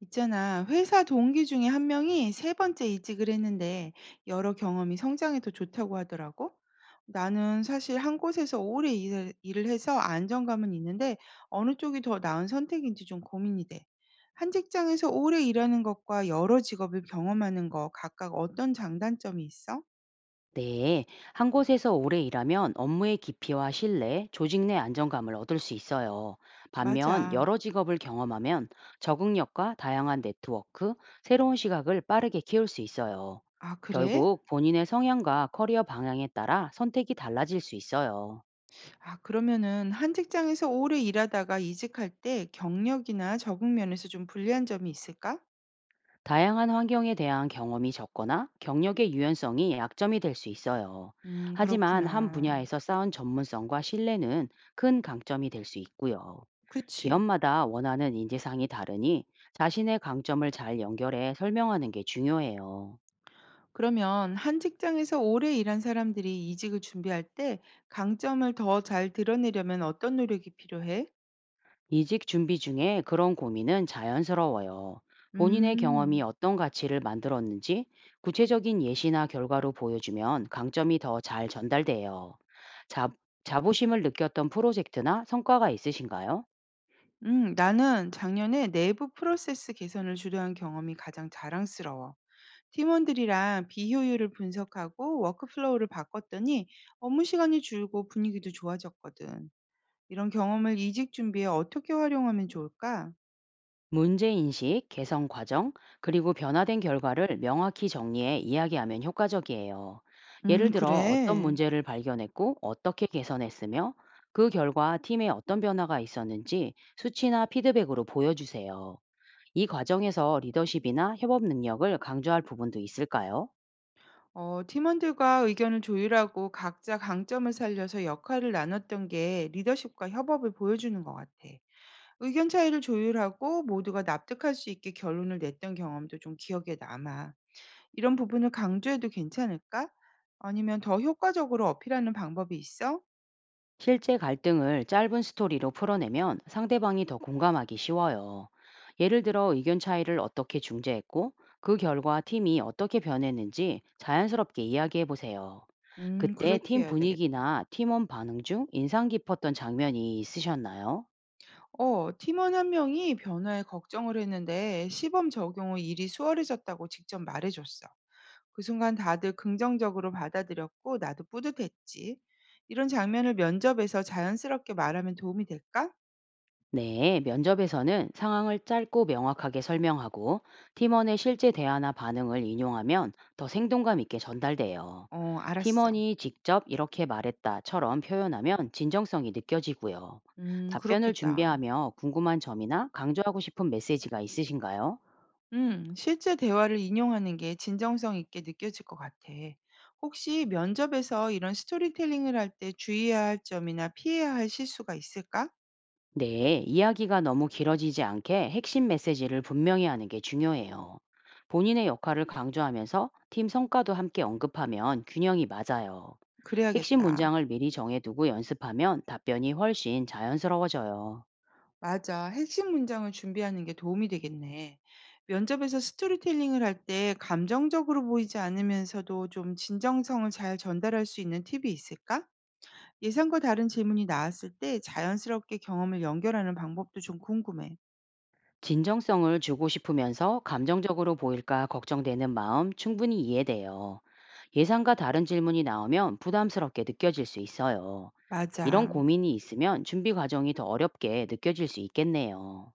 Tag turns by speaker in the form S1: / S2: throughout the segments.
S1: 있잖아, 회사 동기 중에 한 명이 세 번째 이직을 했는데 여러 경험이 성장에 더 좋다고 하더라고. 나는 사실 한 곳에서 오래 일을 해서 안정감은 있는데 어느 쪽이 더 나은 선택인지 좀 고민이 돼. 한 직장에서 오래 일하는 것과 여러 직업을 경험하는 거 각각 어떤 장단점이 있어?
S2: 네, 한 곳에서 오래 일하면 업무의 깊이와 신뢰, 조직 내 안정감을 얻을 수 있어요. 반면
S1: 맞아.
S2: 여러 직업을 경험하면 적응력과 다양한 네트워크, 새로운 시각을 빠르게 키울 수 있어요.
S1: 아, 그래?
S2: 결국 본인의 성향과 커리어 방향에 따라 선택이 달라질 수 있어요.
S1: 아, 그러면은 한 직장에서 오래 일하다가 이직할 때 경력이나 적응 면에서 좀 불리한 점이 있을까?
S2: 다양한 환경에 대한 경험이 적거나 경력의 유연성이 약점이 될 수 있어요. 하지만 한
S1: 그렇구나.
S2: 분야에서 쌓은 전문성과 신뢰는 큰 강점이 될 수 있고요.
S1: 그치.
S2: 기업마다 원하는 인재상이 다르니 자신의 강점을 잘 연결해 설명하는 게 중요해요.
S1: 그러면 한 직장에서 오래 일한 사람들이 이직을 준비할 때 강점을 더 잘 드러내려면 어떤 노력이 필요해?
S2: 이직 준비 중에 그런 고민은 자연스러워요. 본인의 경험이
S1: 음.
S2: 어떤 가치를 만들었는지 구체적인 예시나 결과로 보여주면 강점이 더 잘 전달돼요. 자, 자부심을 느꼈던 프로젝트나 성과가 있으신가요?
S1: 나는 작년에 내부 프로세스 개선을 주도한 경험이 가장 자랑스러워. 팀원들이랑 비효율을 분석하고 워크플로우를 바꿨더니 업무 시간이 줄고 분위기도 좋아졌거든. 이런 경험을 이직 준비에 어떻게 활용하면 좋을까?
S2: 문제인식, 개선 과정, 그리고 변화된 결과를 명확히 정리해 이야기하면 효과적이에요. 예를 들어 어떤
S1: 그래.
S2: 문제를 발견했고 어떻게 개선했으며 그 결과 팀에 어떤 변화가 있었는지 수치나 피드백으로 보여주세요. 이 과정에서 리더십이나 협업 능력을 강조할 부분도 있을까요?
S1: 어, 팀원들과 의견을 조율하고 각자 강점을 살려서 역할을 나눴던 게 리더십과 협업을 보여주는 것 같아. 의견 차이를 조율하고 모두가 납득할 수 있게 결론을 냈던 경험도 좀 기억에 남아. 이런 부분을 강조해도 괜찮을까? 아니면 더 효과적으로 어필하는 방법이 있어?
S2: 실제 갈등을 짧은 스토리로 풀어내면 상대방이 더 공감하기 쉬워요. 예를 들어 의견 차이를 어떻게 중재했고 그 결과 팀이 어떻게 변했는지 자연스럽게 이야기해 보세요. 그때
S1: 그렇게
S2: 팀
S1: 해야 되겠다.
S2: 분위기나 팀원 반응 중 인상 깊었던 장면이 있으셨나요?
S1: 어, 팀원 한 명이 변화에 걱정을 했는데 시범 적용 후 일이 수월해졌다고 직접 말해줬어. 그 순간 다들 긍정적으로 받아들였고 나도 뿌듯했지. 이런 장면을 면접에서 자연스럽게 말하면 도움이 될까?
S2: 네, 면접에서는 상황을 짧고 명확하게 설명하고 팀원의 실제 대화나 반응을 인용하면 더 생동감 있게 전달돼요.
S1: 어, 알았어.
S2: 팀원이 직접 이렇게 말했다처럼 표현하면 진정성이 느껴지고요. 답변을
S1: 그렇겠다.
S2: 준비하며 궁금한 점이나 강조하고 싶은 메시지가 있으신가요?
S1: 실제 대화를 인용하는 게 진정성 있게 느껴질 것 같아. 혹시 면접에서 이런 스토리텔링을 할 때 주의해야 할 점이나 피해야 할 실수가 있을까?
S2: 네, 이야기가 너무 길어지지 않게 핵심 메시지를 분명히 하는 게 중요해요. 본인의 역할을 강조하면서 팀 성과도 함께 언급하면 균형이 맞아요. 핵심
S1: 그래야겠다.
S2: 문장을 미리 정해두고 연습하면 답변이 훨씬 자연스러워져요.
S1: 맞아. 핵심 문장을 준비하는 게 도움이 되겠네. 면접에서 스토리텔링을 할 때 감정적으로 보이지 않으면서도 좀 진정성을 잘 전달할 수 있는 팁이 있을까? 예상과 다른 질문이 나왔을 때 자연스럽게 경험을 연결하는 방법도 좀 궁금해.
S2: 진정성을 주고 싶으면서 감정적으로 보일까 걱정되는 마음 충분히 이해돼요. 예상과 다른 질문이 나오면 부담스럽게 느껴질 수 있어요. 이런
S1: 맞아.
S2: 고민이 있으면 준비 과정이 더 어렵게 느껴질 수 있겠네요.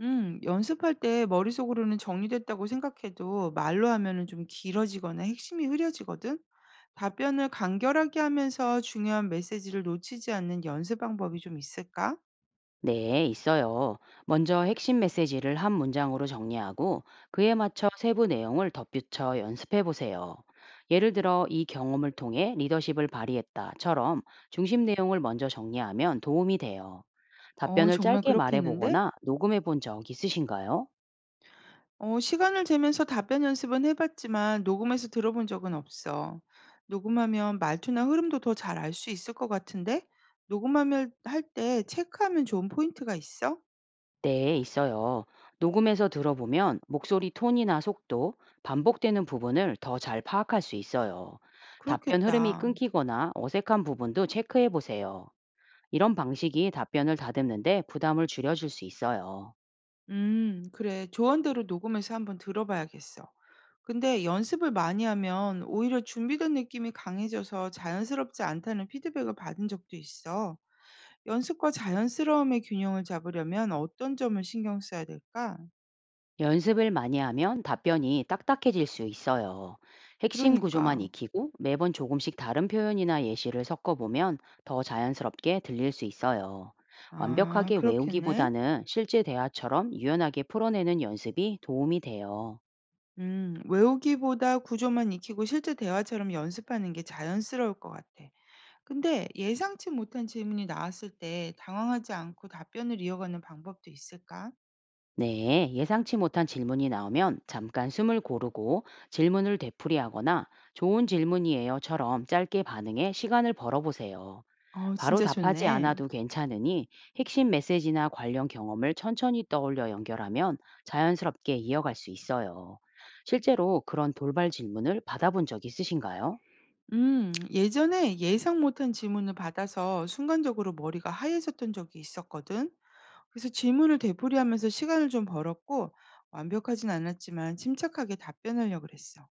S1: 연습할 때 머릿속으로는 정리됐다고 생각해도 말로 하면은 좀 길어지거나 핵심이 흐려지거든? 답변을 간결하게 하면서 중요한 메시지를 놓치지 않는 연습 방법이 좀 있을까?
S2: 네, 있어요. 먼저 핵심 메시지를 한 문장으로 정리하고 그에 맞춰 세부 내용을 덧붙여 연습해 보세요. 예를 들어, 이 경험을 통해 리더십을 발휘했다처럼 중심 내용을 먼저 정리하면 도움이 돼요.
S1: 어
S2: 답변을
S1: 정말
S2: 짧게 말해
S1: 그렇겠는데?
S2: 보거나 녹음해 본 적 있으신가요?
S1: 어 시간을 재면서 답변 연습은 해 봤지만 녹음해서 들어본 적은 없어. 녹음하면 말투나 흐름도 더 잘 알 수 있을 것 같은데 녹음하면 할 때 체크하면 좋은 포인트가 있어?
S2: 네, 있어요. 녹음해서 들어보면 목소리 톤이나 속도, 반복되는 부분을 더 잘 파악할 수 있어요. 답변 흐름이
S1: 그렇겠다.
S2: 끊기거나 어색한 부분도 체크해 보세요. 이런 방식이 답변을 다듬는데 부담을 줄여줄 수 있어요.
S1: 그래. 조언대로 녹음해서 한번 들어봐야겠어. 근데 연습을 많이 하면 오히려 준비된 느낌이 강해져서 자연스럽지 않다는 피드백을 받은 적도 있어. 연습과 자연스러움의 균형을 잡으려면 어떤 점을 신경 써야 될까?
S2: 연습을 많이 하면 답변이 딱딱해질 수 있어요. 핵심
S1: 그러니까.
S2: 구조만 익히고 매번 조금씩 다른 표현이나 예시를 섞어보면 더 자연스럽게 들릴 수 있어요.
S1: 아
S2: 완벽하게
S1: 그렇겠네.
S2: 외우기보다는 실제 대화처럼 유연하게 풀어내는 연습이 도움이 돼요.
S1: 외우기보다 구조만 익히고 실제 대화처럼 연습하는 게 자연스러울 것 같아. 근데 예상치 못한 질문이 나왔을 때 당황하지 않고 답변을 이어가는 방법도 있을까?
S2: 네, 예상치 못한 질문이 나오면 잠깐 숨을 고르고 질문을 되풀이하거나 좋은 질문이에요처럼 짧게 반응해 시간을 벌어보세요.
S1: 어
S2: 바로
S1: 진짜
S2: 답하지
S1: 좋네.
S2: 않아도 괜찮으니 핵심 메시지나 관련 경험을 천천히 떠올려 연결하면 자연스럽게 이어갈 수 있어요. 실제로 그런 돌발 질문을 받아본 적 있으신가요?
S1: 예전에 예상 못한 질문을 받아서 순간적으로 머리가 하얘졌던 적이 있었거든. 그래서 질문을 되풀이하면서 시간을 좀 벌었고 완벽하진 않았지만 침착하게 답변하려고 그랬어.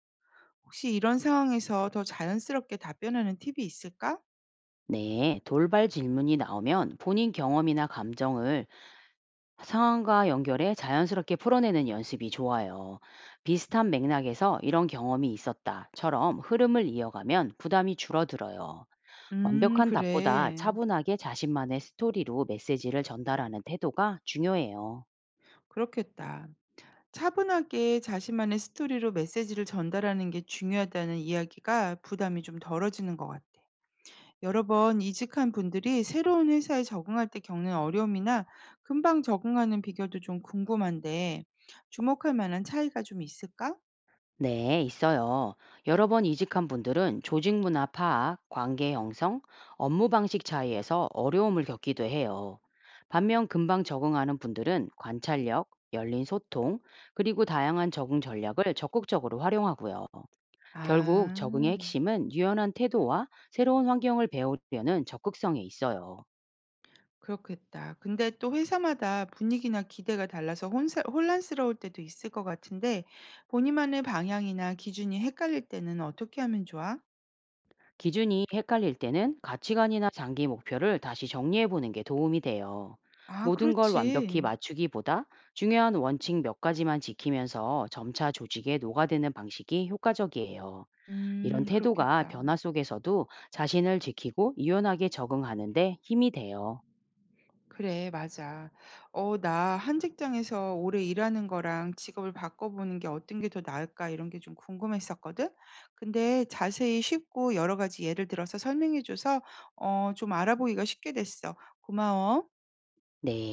S1: 혹시 이런 상황에서 더 자연스럽게 답변하는 팁이 있을까?
S2: 네, 돌발 질문이 나오면 본인 경험이나 감정을 상황과 연결해 자연스럽게 풀어내는 연습이 좋아요. 비슷한 맥락에서 이런 경험이 있었다처럼 흐름을 이어가면 부담이 줄어들어요. 완벽한 답보다
S1: 그래.
S2: 차분하게 자신만의 스토리로 메시지를 전달하는 태도가 중요해요.
S1: 그렇겠다. 차분하게 자신만의 스토리로 메시지를 전달하는 게 중요하다는 이야기가 부담이 좀 덜어지는 것 같아. 여러 번 이직한 분들이 새로운 회사에 적응할 때 겪는 어려움이나 금방 적응하는 비결도 좀 궁금한데 주목할 만한 차이가 좀 있을까?
S2: 네, 있어요. 여러 번 이직한 분들은 조직 문화 파악, 관계 형성, 업무 방식 차이에서 어려움을 겪기도 해요. 반면 금방 적응하는 분들은 관찰력, 열린 소통, 그리고 다양한 적응 전략을 적극적으로 활용하고요. 결국
S1: 아.
S2: 적응의 핵심은 유연한 태도와 새로운 환경을 배우려는 적극성에 있어요.
S1: 그렇겠다. 근데 또 회사마다 분위기나 기대가 달라서 혼사 혼란스러울 때도 있을 것 같은데 본인만의 방향이나 기준이 헷갈릴 때는 어떻게 하면 좋아?
S2: 기준이 헷갈릴 때는 가치관이나 장기 목표를 다시 정리해 보는 게 도움이 돼요.
S1: 아,
S2: 모든 걸 완벽히
S1: 그렇지.
S2: 맞추기보다 중요한 원칙 몇 가지만 지키면서 점차 조직에 녹아드는 방식이 효과적이에요. 이런 태도가
S1: 그렇겠다.
S2: 변화 속에서도 자신을 지키고 유연하게 적응하는데 힘이 돼요.
S1: 그래, 맞아. 어, 나 한 직장에서 오래 일하는 거랑 직업을 바꿔보는 게 어떤 게 더 나을까 이런 게 좀 궁금했었거든? 근데 자세히 쉽고 여러 가지 예를 들어서 설명해줘서 어, 좀 알아보기가 쉽게 됐어. 고마워.
S2: 네.